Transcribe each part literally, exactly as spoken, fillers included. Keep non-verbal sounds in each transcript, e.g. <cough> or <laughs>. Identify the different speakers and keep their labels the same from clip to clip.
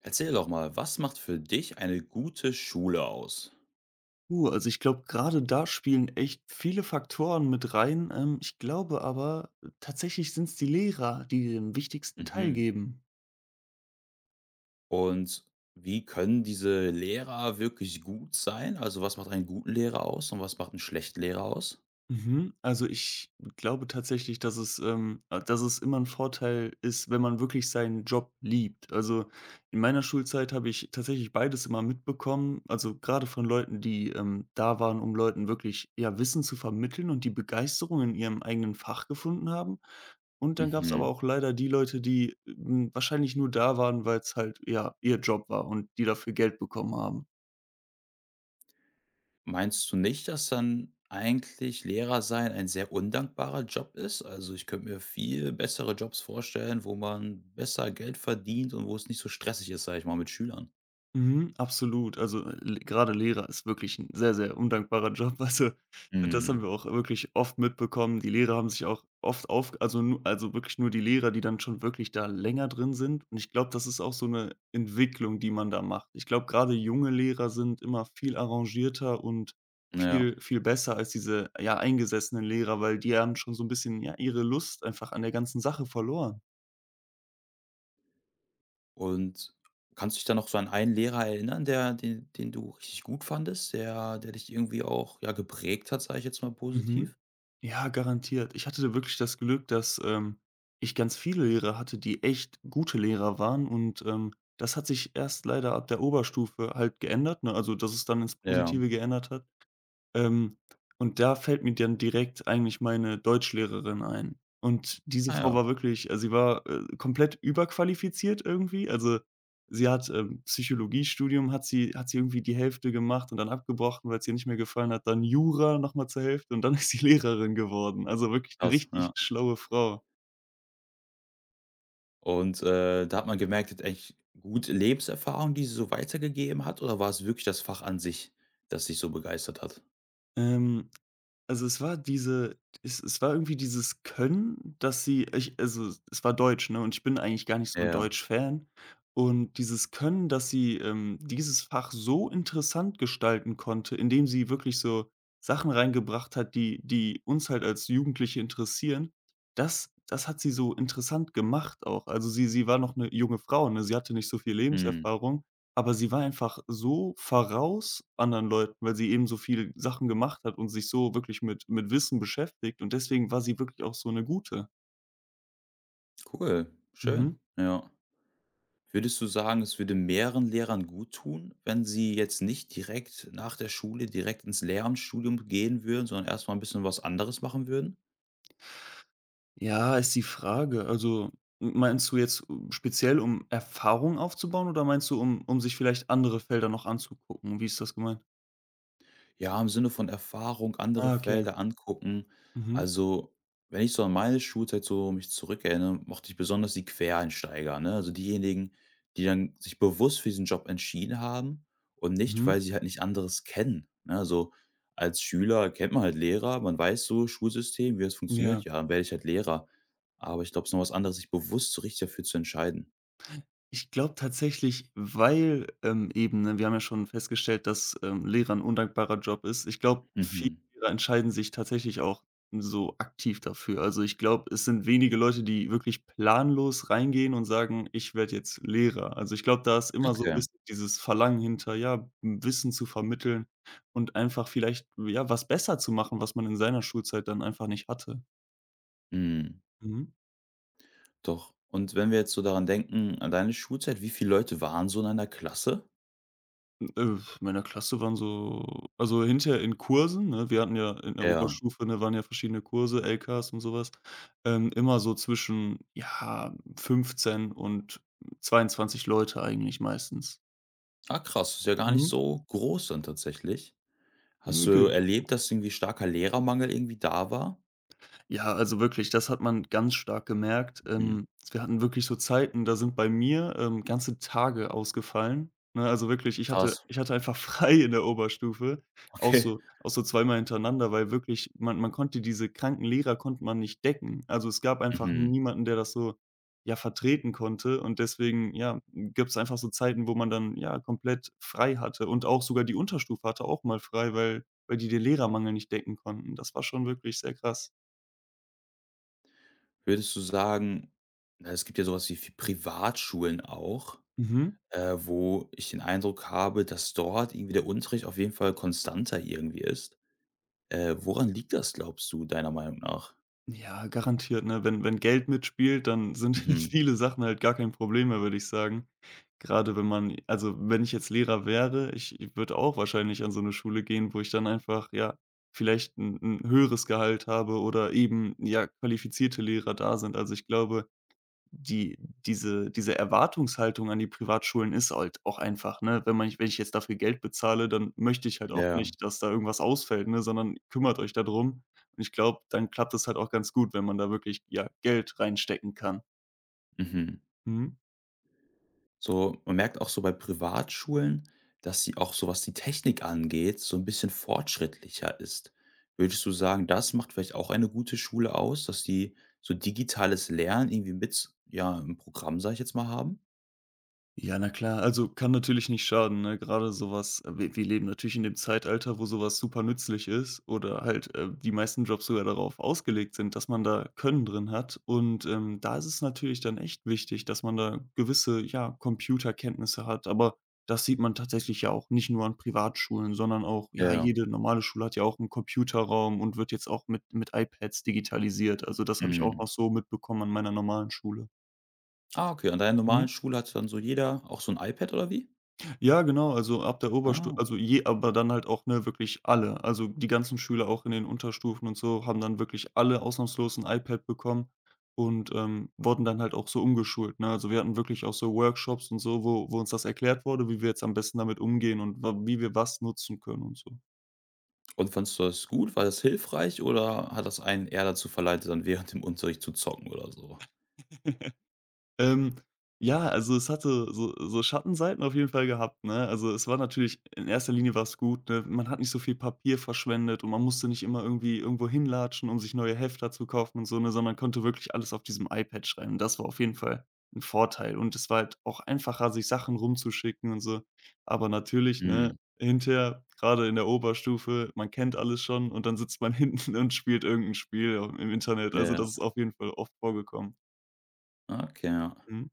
Speaker 1: Erzähl doch mal, was macht für dich eine gute Schule aus?
Speaker 2: Uh, also ich glaube, gerade da spielen echt viele Faktoren mit rein. Ähm, ich glaube aber, äh, tatsächlich sind es die Lehrer, die den wichtigsten Teil
Speaker 1: Mhm.
Speaker 2: geben.
Speaker 1: Und wie können diese Lehrer wirklich gut sein? Also, was macht einen guten Lehrer aus und was macht einen schlechten Lehrer aus?
Speaker 2: Mhm. Also, ich glaube tatsächlich, dass es ähm, äh, dass es immer ein Vorteil ist, wenn man wirklich seinen Job liebt. Also, in meiner Schulzeit habe ich tatsächlich beides immer mitbekommen, also, gerade von Leuten, die, ähm, da waren, um Leuten wirklich, ja, Wissen zu vermitteln und die Begeisterung in ihrem eigenen Fach gefunden haben. Und dann gab es aber
Speaker 1: Mhm.
Speaker 2: auch leider die Leute, die, hm, wahrscheinlich nur da waren, weil es halt, ja, ihr Job war und die dafür Geld bekommen haben.
Speaker 1: Meinst du nicht, dass dann eigentlich Lehrer sein ein sehr undankbarer Job ist? Also, ich könnte mir viel bessere Jobs vorstellen, wo man besser Geld verdient und wo es nicht so stressig ist, sage ich mal, mit Schülern.
Speaker 2: Mhm, absolut. Also, äh, l grade Lehrer ist wirklich ein sehr, sehr undankbarer Job. <laughs> Also, äh, das haben
Speaker 1: Mhm.
Speaker 2: wir auch wirklich oft mitbekommen. Die Lehrer haben sich auch oft auf also, nu also, wirklich nur die Lehrer, die dann schon wirklich da länger drin sind. Und ich glaube, das ist auch so eine Entwicklung, die man da macht. Ich glaube, gerade junge Lehrer sind immer viel arrangierter und
Speaker 1: Ja.
Speaker 2: viel viel besser als diese, ja, eingesessenen Lehrer, weil die haben schon so ein bisschen, ja, ihre Lust einfach an der ganzen Sache verloren.
Speaker 1: Und kannst du dich da noch so an einen Lehrer erinnern, der den den du richtig gut fandest, der der dich irgendwie auch, ja, geprägt hat, sage ich jetzt mal
Speaker 2: Mhm.
Speaker 1: positiv?
Speaker 2: Ja, garantiert. Ich hatte wirklich das Glück, dass, ähm, ich ganz viele Lehrer hatte, die echt gute Lehrer waren und, ähm, das hat sich erst leider ab der Oberstufe halt geändert, ne? Also, dass es dann ins
Speaker 1: Ja.
Speaker 2: Positive geändert hat. Ähm, und da fällt mir dann direkt eigentlich meine Deutschlehrerin ein. Und diese
Speaker 1: Ah
Speaker 2: Frau
Speaker 1: ja,
Speaker 2: war wirklich also, sie war, äh, komplett überqualifiziert irgendwie. Also, sie hat, ähm Psychologiestudium hat sie hat sie irgendwie die Hälfte gemacht und dann abgebrochen, weil es ihr nicht mehr gefallen hat, dann Jura nochmal zur Hälfte und dann <laughs> ist sie Lehrerin geworden. Also, wirklich eine
Speaker 1: krass, ja.
Speaker 2: richtig schlaue Frau.
Speaker 1: Und, äh, da hat man gemerkt, die hat eigentlich gute Lebenserfahrung, die sie so weitergegeben hat, oder war es wirklich das Fach an sich, das dich so begeistert hat?
Speaker 2: Ähm, Also, es war diese es es war irgendwie dieses Können, dass sie ich also, es war Deutsch, ne, und ich bin eigentlich gar nicht so ein
Speaker 1: Ja,
Speaker 2: Deutsch-Fan. Und dieses Können, dass sie, ähm, dieses Fach so interessant gestalten konnte, indem sie wirklich so Sachen reingebracht hat, die die uns halt als Jugendliche interessieren, das das hat sie so interessant gemacht auch. Also, sie sie war noch eine junge Frau, ne? Sie hatte nicht so viel
Speaker 1: mhm,
Speaker 2: Lebenserfahrung. Aber sie war einfach so voraus anderen Leuten, weil sie eben so viel Sachen gemacht hat und sich so wirklich mit mit Wissen beschäftigt und deswegen war sie wirklich auch so 'ne Gute.
Speaker 1: cool,
Speaker 2: Mhm.
Speaker 1: schön, ja. Würdest du sagen, es würde mehreren Lehrern gut tun, wenn sie jetzt nicht direkt nach der Schule direkt ins Lehramtsstudium gehen würden, sondern erstmal ein bisschen was anderes machen würden?
Speaker 2: Ja, ist die Frage. Also, m meinst du jetzt speziell, um Erfahrung aufzubauen oder meinst du, um um sich vielleicht andere Felder noch anzugucken? Wie ist das gemeint?
Speaker 1: Ja, im Sinne von Erfahrung, andere
Speaker 2: Ah, okay.
Speaker 1: Felder angucken.
Speaker 2: Mhm.
Speaker 1: Also, wenn ich so an meine Schulzeit so mich zurückerinnere, mochte ich besonders die Quereinsteiger, ne? Also diejenigen, die dann sich bewusst für diesen Job entschieden haben und nicht,
Speaker 2: Mhm.
Speaker 1: weil sie halt nicht anderes kennen. Ne? Also als Schüler kennt man halt Lehrer, man weiß so Schulsystem, wie es funktioniert,
Speaker 2: Ja.
Speaker 1: ja, dann werde ich halt Lehrer. Aber ich glaube, es ist noch was anderes, sich bewusst so richtig dafür zu entscheiden.
Speaker 2: Ich glaube tatsächlich, weil, ähm, eben, ne wir haben ja schon festgestellt, dass, ähm, Lehrer ein undankbarer Job ist. Ich glaube, viele
Speaker 1: Mhm.
Speaker 2: Lehrer entscheiden sich tatsächlich auch so aktiv dafür. Also, ich glaube, es sind wenige Leute, die wirklich planlos reingehen und sagen: „Ich werde jetzt Lehrer.“ Also, ich glaube, da ist immer so ein
Speaker 1: Okay.
Speaker 2: bisschen dieses Verlangen hinter, ja, Wissen zu vermitteln und einfach vielleicht, ja, was besser zu machen, was man in seiner Schulzeit dann einfach nicht hatte.
Speaker 1: Mhm.
Speaker 2: Mhm.
Speaker 1: Doch. Und wenn wir jetzt so daran denken, an deine Schulzeit, wie viele Leute waren so in einer Klasse?
Speaker 2: Äh, in meiner Klasse waren so also hinterher in Kursen, ne, wir hatten ja in der
Speaker 1: Ja.
Speaker 2: Oberstufe, ne, waren ja verschiedene Kurse, L Ks und so was, ähm, immer so zwischen, ja, fünfzehn und zweiundzwanzig Leute eigentlich meistens.
Speaker 1: Ah, krass, ist ja gar nicht
Speaker 2: Mhm.
Speaker 1: so groß dann tatsächlich. Hast du
Speaker 2: <unintelligible>
Speaker 1: erlebt, dass irgendwie starker Lehrermangel irgendwie da war?
Speaker 2: Ja, also wirklich, das hat man ganz stark gemerkt.
Speaker 1: Mhm.
Speaker 2: Ähm, wir hatten wirklich so Zeiten, da sind bei mir, ähm, ganze Tage ausgefallen, ne? Also wirklich, ich hatte
Speaker 1: Krass,
Speaker 2: ich hatte einfach <laughs> frei in der Oberstufe, auch
Speaker 1: okay.
Speaker 2: so auch so zweimal hintereinander, weil wirklich man man konnte diese kranken Lehrer konnte man nicht decken. Also, es gab einfach
Speaker 1: Mhm.
Speaker 2: niemanden, der das so, ja, vertreten konnte und deswegen, ja, gibt es einfach so Zeiten, wo man dann, ja, komplett frei hatte und auch sogar die Unterstufe hatte auch mal frei, weil weil die den Lehrermangel nicht decken konnten. Das war schon wirklich sehr krass.
Speaker 1: Würdest du sagen na, es gibt ja sowas was wie Fi- Privatschulen auch,
Speaker 2: Mhm.
Speaker 1: äh, wo ich den Eindruck habe, dass dort irgendwie der Unterricht auf jeden Fall konstanter irgendwie ist. Äh, woran liegt das, glaubst du, deiner Meinung nach?
Speaker 2: Ja, garantiert, ne? Wenn wenn Geld mitspielt, dann sind <laughs>
Speaker 1: Mhm.
Speaker 2: viele Sachen halt gar kein Problem mehr, würde ich sagen. Gerade wenn man also, wenn ich jetzt Lehrer wäre, ich ich würde auch wahrscheinlich an so eine Schule gehen, wo ich dann einfach, ja, vielleicht ein 'n höheres Gehalt habe oder eben, ja, qualifizierte Lehrer da sind. Also, ich glaube die diese diese Erwartungshaltung an die Privatschulen ist halt auch einfach, ne? Wenn man wenn ich jetzt dafür Geld bezahle, dann möchte ich halt auch
Speaker 1: Ja.
Speaker 2: nicht, dass da irgendwas ausfällt, ne, sondern kümmert euch da drum. Und ich glaube, dann klappt es halt auch ganz gut, wenn man da wirklich, ja, Geld reinstecken kann.
Speaker 1: Mhm.
Speaker 2: Mhm.
Speaker 1: So, man merkt auch so bei Privatschulen, dass sie auch so, was die Technik angeht, so ein bisschen fortschrittlicher ist. Würdest du sagen, das macht vielleicht auch eine gute Schule aus, dass die so digitales Lernen irgendwie mit ja, im Programm, sage ich jetzt mal, haben?
Speaker 2: Ja, na klar, also kann natürlich nicht schaden, ne? Gerade sowas. Was Wir wir leben natürlich in dem Zeitalter, wo sowas super nützlich ist oder halt, äh, die meisten Jobs sogar darauf ausgelegt sind, dass man da Können drin hat. Und, ähm, da ist es natürlich dann echt wichtig, dass man da gewisse, ja, Computerkenntnisse hat. Aber das sieht man tatsächlich ja auch nicht nur an Privatschulen, sondern auch
Speaker 1: Ja,
Speaker 2: ja,
Speaker 1: ja.
Speaker 2: jede normale Schule hat ja auch einen Computerraum und wird jetzt auch mit mit iPads digitalisiert. Also, das habe ich auch
Speaker 1: Mhm.
Speaker 2: noch so mitbekommen an meiner normalen Schule.
Speaker 1: Ah, okay. An deiner normalen
Speaker 2: Mhm.
Speaker 1: Schule hat dann so jeder auch so ein iPad oder wie?
Speaker 2: Ja, genau, also ab der Oberstufe,
Speaker 1: Ah.
Speaker 2: also je aber dann halt auch, ne, wirklich alle. Also die ganzen Schüler auch in den Unterstufen und so haben dann wirklich alle ausnahmslos ein iPad bekommen und, ähm, wurden dann halt auch so umgeschult, ne? Also wir hatten wirklich auch so Workshops und so, wo wo uns das erklärt wurde, wie wir jetzt am besten damit umgehen und wa wie wir was nutzen können und so.
Speaker 1: Und fandest du das gut? War das hilfreich oder hat das einen eher dazu verleitet, dann während dem Unterricht zu zocken oder so?
Speaker 2: <laughs> Ähm, ja, also es hatte so so Schattenseiten auf jeden Fall gehabt, ne? Also, es war natürlich in erster Linie war's gut, ne? Man hat nicht so viel Papier verschwendet und man musste nicht immer irgendwie irgendwo hinlatschen, um sich neue Hefter zu kaufen und so, ne, sondern konnte wirklich alles auf diesem iPad schreiben. Das war auf jeden Fall ein Vorteil und es war halt auch einfacher, sich Sachen rumzuschicken und so. Aber natürlich, ne,
Speaker 1: Mhm.
Speaker 2: hinterher, gerade in der Oberstufe, man kennt alles schon und dann sitzt man <laughs> hinten und spielt irgendein Spiel im Internet.
Speaker 1: Ja,
Speaker 2: Also,
Speaker 1: ja.
Speaker 2: das ist auf jeden Fall oft vorgekommen.
Speaker 1: Ah, okay, ja.
Speaker 2: Mhm.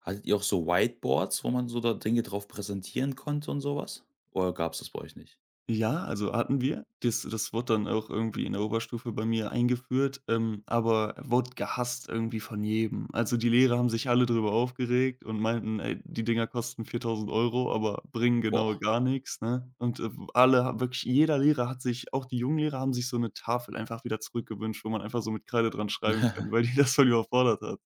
Speaker 1: Hattet ihr auch so Whiteboards, wo man so da Dinge drauf präsentieren konnte und sowas? Oder gab's das bei euch nicht?
Speaker 2: Ja, also hatten wir. Das das wurde dann auch irgendwie in der Oberstufe bei mir eingeführt, ähm, aber wurde gehasst irgendwie von jedem. Also, die Lehrer haben sich alle drüber aufgeregt und meinten: „Ey, die Dinger kosten viertausend Euro, aber bringen genau
Speaker 1: Boah.
Speaker 2: gar nichts.“ Ne? Und, äh, alle ha wirklich jeder Lehrer hat sich auch die jungen Lehrer haben sich so eine Tafel einfach wieder zurückgewünscht, wo man einfach so mit Kreide dran schreiben kann, weil die
Speaker 1: <laughs>
Speaker 2: <laughs> das voll überfordert hat.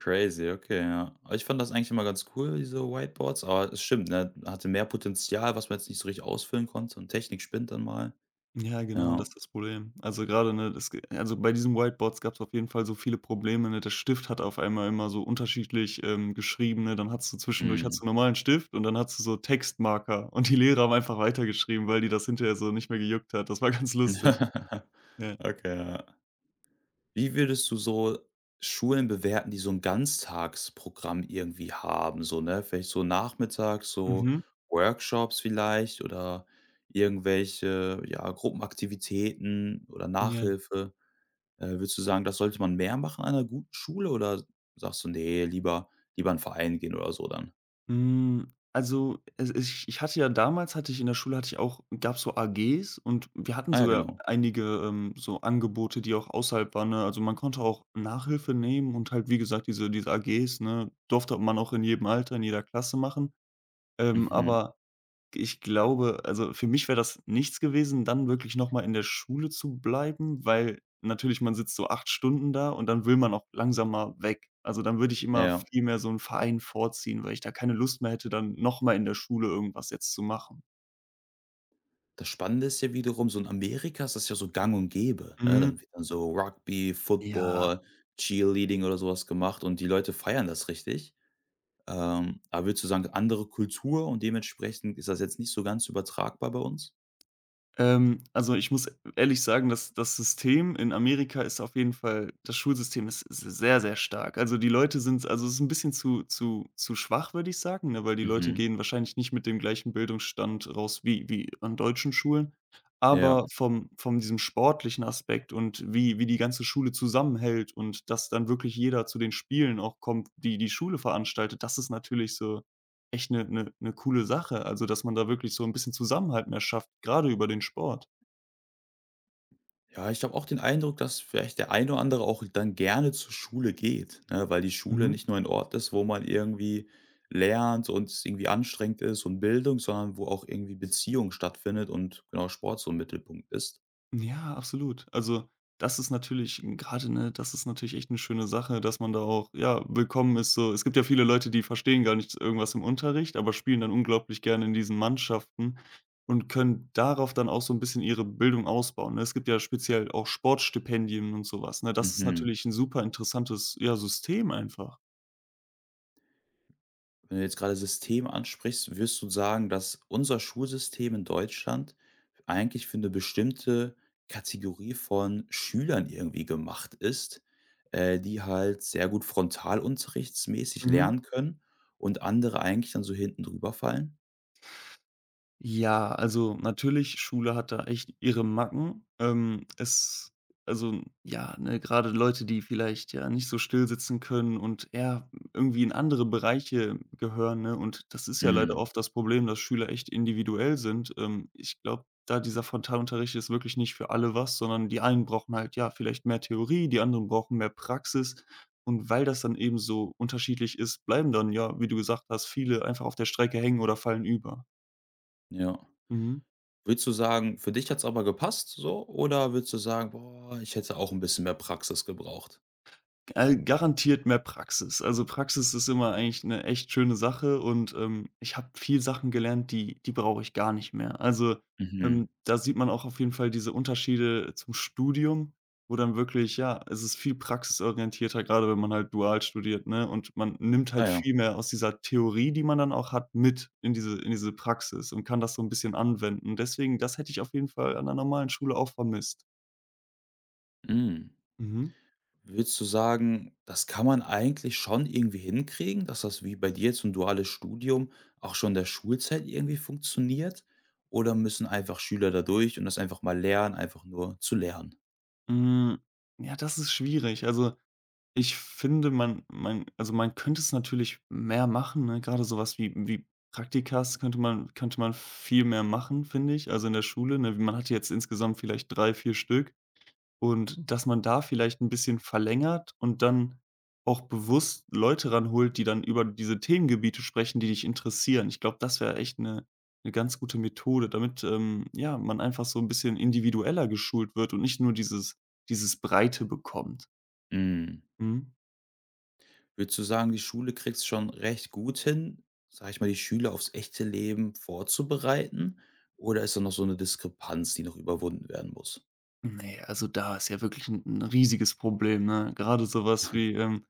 Speaker 1: Crazy, okay, ja. Aber ich fand das eigentlich immer ganz cool, diese Whiteboards, aber es stimmt, ne, hatte mehr Potenzial, was man jetzt nicht so richtig ausfüllen konnte und Technik spinnt dann mal.
Speaker 2: Ja, genau, das
Speaker 1: Ja.
Speaker 2: ist das Problem. Also, gerade ne, das ge also, bei diesen Whiteboards gab's auf jeden Fall so viele Probleme, ne? Der Stift hat auf einmal immer so unterschiedlich, ähm, geschrieben, ne? Dann hattest du zwischendurch hattest
Speaker 1: Mhm.
Speaker 2: du 'n normalen Stift und dann hattest du so Textmarker und die Lehrer haben einfach weitergeschrieben, weil die das hinterher so nicht mehr gejuckt hat. Das war <laughs> ganz lustig.
Speaker 1: <laughs>
Speaker 2: Ja.
Speaker 1: Okay, ja. Wie würdest du so Schulen bewerten, die so 'n Ganztagsprogramm irgendwie haben, so, ne? Vielleicht so nachmittags so
Speaker 2: Mhm.
Speaker 1: Workshops vielleicht oder irgendwelche, ja, Gruppenaktivitäten oder
Speaker 2: Ja.
Speaker 1: Nachhilfe. Äh, würdest du sagen, das sollte man mehr machen an 'ner guten Schule oder sagst du: „Ne, lieber lieber in 'n Verein gehen“ oder so dann?
Speaker 2: Hm, also, es ich ich hatte ja damals hatte ich in der Schule hatte ich auch gab's so A Gs und wir hatten
Speaker 1: Ah ja,
Speaker 2: sogar
Speaker 1: genau.
Speaker 2: einige, ähm, so Angebote, die auch außerhalb waren, ne? Also, man konnte auch Nachhilfe nehmen und halt, wie gesagt, diese diese A Gs, ne, durfte man auch in jedem Alter, in jeder Klasse machen. Ähm,
Speaker 1: Mhm.
Speaker 2: aber ich glaube also für mich wäre das nichts gewesen, dann wirklich noch mal in der Schule zu bleiben, weil natürlich man sitzt so acht Stunden da und dann will man auch langsam mal weg. Also, dann würde ich immer
Speaker 1: Ja.
Speaker 2: viel mehr so einen Verein vorziehen, weil ich da keine Lust mehr hätte, dann noch mal in der Schule irgendwas jetzt zu machen.
Speaker 1: Das Spannende ist ja wiederum, so in Amerika ist das ja so gang und gäbe, ne?
Speaker 2: Mhm.
Speaker 1: Dann wird dann so Rugby,
Speaker 2: Ja.
Speaker 1: Football, Cheerleading oder sowas gemacht und die Leute feiern das richtig. Ähm, aber würdest du sagen, andere Kultur und dementsprechend ist das jetzt nicht so ganz übertragbar bei uns?
Speaker 2: Ähm, also, ich muss ehrlich sagen, dass das System in Amerika ist auf jeden Fall das Schulsystem ist ist sehr, sehr stark. Also, die Leute sind also, es ist ein bisschen zu zu zu schwach, würde ich sagen, ne, weil die Leute
Speaker 1: Mhm.
Speaker 2: gehen wahrscheinlich nicht mit dem gleichen Bildungsstand raus wie wie an deutschen Schulen.
Speaker 1: Ja.
Speaker 2: Aber vom vom diesem sportlichen Aspekt und wie wie die ganze Schule zusammenhält und dass dann wirklich jeder zu den Spielen auch kommt, die die Schule veranstaltet, das ist natürlich so echt eine eine 'ne coole Sache, also, dass man da wirklich so 'n bisschen Zusammenhalt mehr schafft, gerade über den Sport.
Speaker 1: Ja, ich habe auch den Eindruck, dass vielleicht der ein oder andere auch dann gerne zur Schule geht, ne? Weil die Schule
Speaker 2: Mhm.
Speaker 1: nicht nur ein Ort ist, wo man irgendwie lernt und es irgendwie anstrengend ist und Bildung, sondern wo auch irgendwie Beziehung stattfindet und genau Sport so im Mittelpunkt ist.
Speaker 2: Ja, absolut. Also, das ist natürlich grade, ne das ist natürlich echt 'ne schöne Sache, dass man da auch, ja, willkommen ist so. Es gibt ja viele Leute, die verstehen gar nicht irgendwas im Unterricht, aber spielen dann unglaublich gerne in diesen Mannschaften und können darauf dann auch so 'n bisschen ihre Bildung ausbauen, ne? Es gibt ja speziell auch Sportstipendien und so was, ne? Das ist
Speaker 1: Mhm.
Speaker 2: natürlich 'n super interessantes, ja, System einfach.
Speaker 1: Wenn du jetzt gerade System ansprichst, würdest du sagen, dass unser Schulsystem in Deutschland eigentlich für eine bestimmte Kategorie von Schülern irgendwie gemacht ist, äh, die halt sehr gut frontalunterrichtsmäßig
Speaker 2: Mhm.
Speaker 1: lernen können und andere eigentlich dann so hinten drüber fallen?
Speaker 2: Ja, also natürlich, Schule hat da echt ihre Macken. Ähm, es also ja, ne, grade Leute, die vielleicht ja nicht so still sitzen können und eher irgendwie in andere Bereiche gehören, ne? Und das ist ja leider
Speaker 1: Mhm,
Speaker 2: oft das Problem, dass Schüler echt individuell sind. Ähm, ich glaube, da dieser Frontalunterricht ist wirklich nicht für alle was, sondern die einen brauchen halt, ja, vielleicht mehr Theorie, die anderen brauchen mehr Praxis. Und weil das dann eben so unterschiedlich ist, bleiben dann ja, wie du gesagt hast, viele einfach auf der Strecke hängen oder fallen über.
Speaker 1: ja.
Speaker 2: Mhm.
Speaker 1: Würdest du sagen, für dich hat's aber gepasst so oder würdest du sagen: „Boah, ich hätte auch ein bisschen mehr Praxis gebraucht?“
Speaker 2: Äh, garantiert mehr Praxis. Also, Praxis ist immer eigentlich eine echt schöne Sache und, ähm, ich habe viel Sachen gelernt, die die brauche ich gar nicht mehr. Also,
Speaker 1: Mhm.
Speaker 2: ähm, da sieht man auch auf jeden Fall diese Unterschiede zum Studium, wo dann wirklich ja, es ist viel praxisorientierter, gerade wenn man halt dual studiert, ne? Und man nimmt halt
Speaker 1: Naja.
Speaker 2: viel mehr aus dieser Theorie, die man dann auch hat, mit in diese in diese Praxis und kann das so ein bisschen anwenden. Deswegen, das hätte ich auf jeden Fall an der normalen Schule auch vermisst.
Speaker 1: Mhm.
Speaker 2: Mhm.
Speaker 1: Würdest du sagen, das kann man eigentlich schon irgendwie hinkriegen, dass das wie bei dir jetzt so 'n duales Studium auch schon in der Schulzeit irgendwie funktioniert? Oder müssen einfach Schüler da durch und das einfach mal lernen, einfach nur zu lernen?
Speaker 2: Hm, ja, das ist schwierig. Also, ich finde, man man also, man könnte es natürlich mehr machen, ne? Grade so wie wie Praktikas könnte man könnte man viel mehr machen, finde ich, also, in der Schule, ne? Man hat jetzt insgesamt vielleicht drei vier Stück und dass man da vielleicht ein bisschen verlängert und dann auch bewusst Leute ranholt, die dann über diese Themengebiete sprechen, die dich interessieren. Ich glaube, das wäre echt eine eine ganz gute Methode, damit, ähm, ja, man einfach so ein bisschen individueller geschult wird und nicht nur dieses dieses Breite bekommt.
Speaker 1: Hm.
Speaker 2: Mhm.
Speaker 1: Würdest du sagen, die Schule kriegt's schon recht gut hin, sage ich mal, die Schüler aufs echte Leben vorzubereiten? Oder ist da noch so 'ne Diskrepanz, die noch überwunden werden muss?
Speaker 2: Nee, also da ist ja wirklich ein 'n riesiges Problem, ne? Gerade sowas wie, ähm,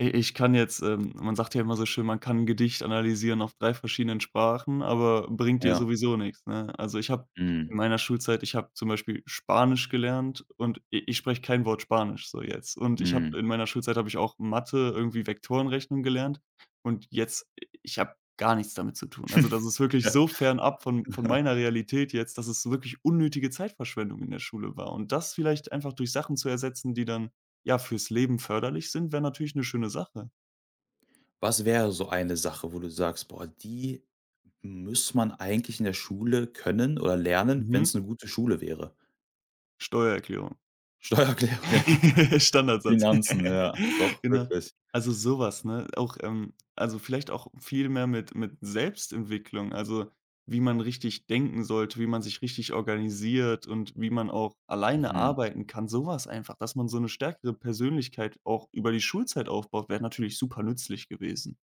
Speaker 2: i ich kann jetzt ähm, man sagt ja immer so schön, man kann ein Gedicht analysieren auf drei verschiedenen Sprachen, aber bringt dir
Speaker 1: Ja.
Speaker 2: sowieso nichts, ne? Also, ich habe in
Speaker 1: Mhm.
Speaker 2: meiner Schulzeit ich habe zum Beispiel Spanisch gelernt und i ich spreche kein Wort Spanisch so jetzt. Und ich habe
Speaker 1: Mhm.
Speaker 2: in meiner Schulzeit habe ich auch Mathe, irgendwie Vektorenrechnung gelernt und jetzt ich habe gar nichts damit zu tun. Also, das ist
Speaker 1: <laughs>
Speaker 2: wirklich
Speaker 1: Ja.
Speaker 2: so fernab von von meiner Realität jetzt, dass es wirklich unnötige Zeitverschwendung in der Schule war. Und das vielleicht einfach durch Sachen zu ersetzen, die dann, ja, fürs Leben förderlich sind, wäre natürlich eine schöne Sache.
Speaker 1: Was wäre so eine Sache, wo du sagst: „Boah, die Muss man eigentlich in der Schule können oder lernen, wenn
Speaker 2: Mhm.
Speaker 1: es 'ne gute Schule wäre?
Speaker 2: Steuererklärung.
Speaker 1: <laughs> Steuererklärung, ja.
Speaker 2: <laughs> Standardsatz.
Speaker 1: Finanzen, ja,
Speaker 2: <laughs>
Speaker 1: doch,
Speaker 2: Genau.
Speaker 1: wirklich.
Speaker 2: Also, sowas, ne? Auch, ähm also, vielleicht auch viel mehr mit mit Selbstentwicklung, also, wie man richtig denken sollte, wie man sich richtig organisiert und wie man auch alleine
Speaker 1: Mhm.
Speaker 2: arbeiten kann. Sowas einfach, dass man so eine stärkere Persönlichkeit auch über die Schulzeit aufbaut, wäre natürlich super nützlich gewesen.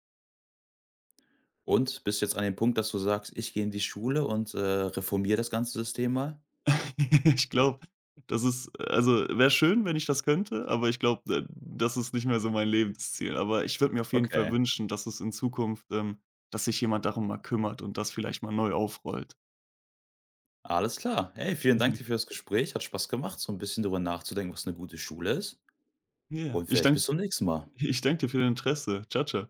Speaker 1: Und bist jetzt an dem Punkt, dass du sagst: „Ich gehe in die Schule und, äh, reformiere das ganze System mal?“
Speaker 2: <laughs> Ich glaube, das ist also, wäre schön, wenn ich das könnte, aber ich glaube, äh, das ist nicht mehr so mein Lebensziel. Aber ich würde mir auf jeden Fall
Speaker 1: Okay,
Speaker 2: wünschen, dass es in Zukunft ähm, dass sich jemand darum mal kümmert und das vielleicht mal neu aufrollt.
Speaker 1: alles klar. Hey, vielen Dank dir für
Speaker 2: <laughs>
Speaker 1: das Gespräch. Hat Spaß gemacht, so 'n bisschen drüber nachzudenken, was 'ne gute Schule ist.
Speaker 2: Ja,
Speaker 1: Und
Speaker 2: ich
Speaker 1: vielleicht
Speaker 2: danke
Speaker 1: bis zum nächsten Mal.
Speaker 2: ich danke dir für dein Interesse. Ciao, ciao.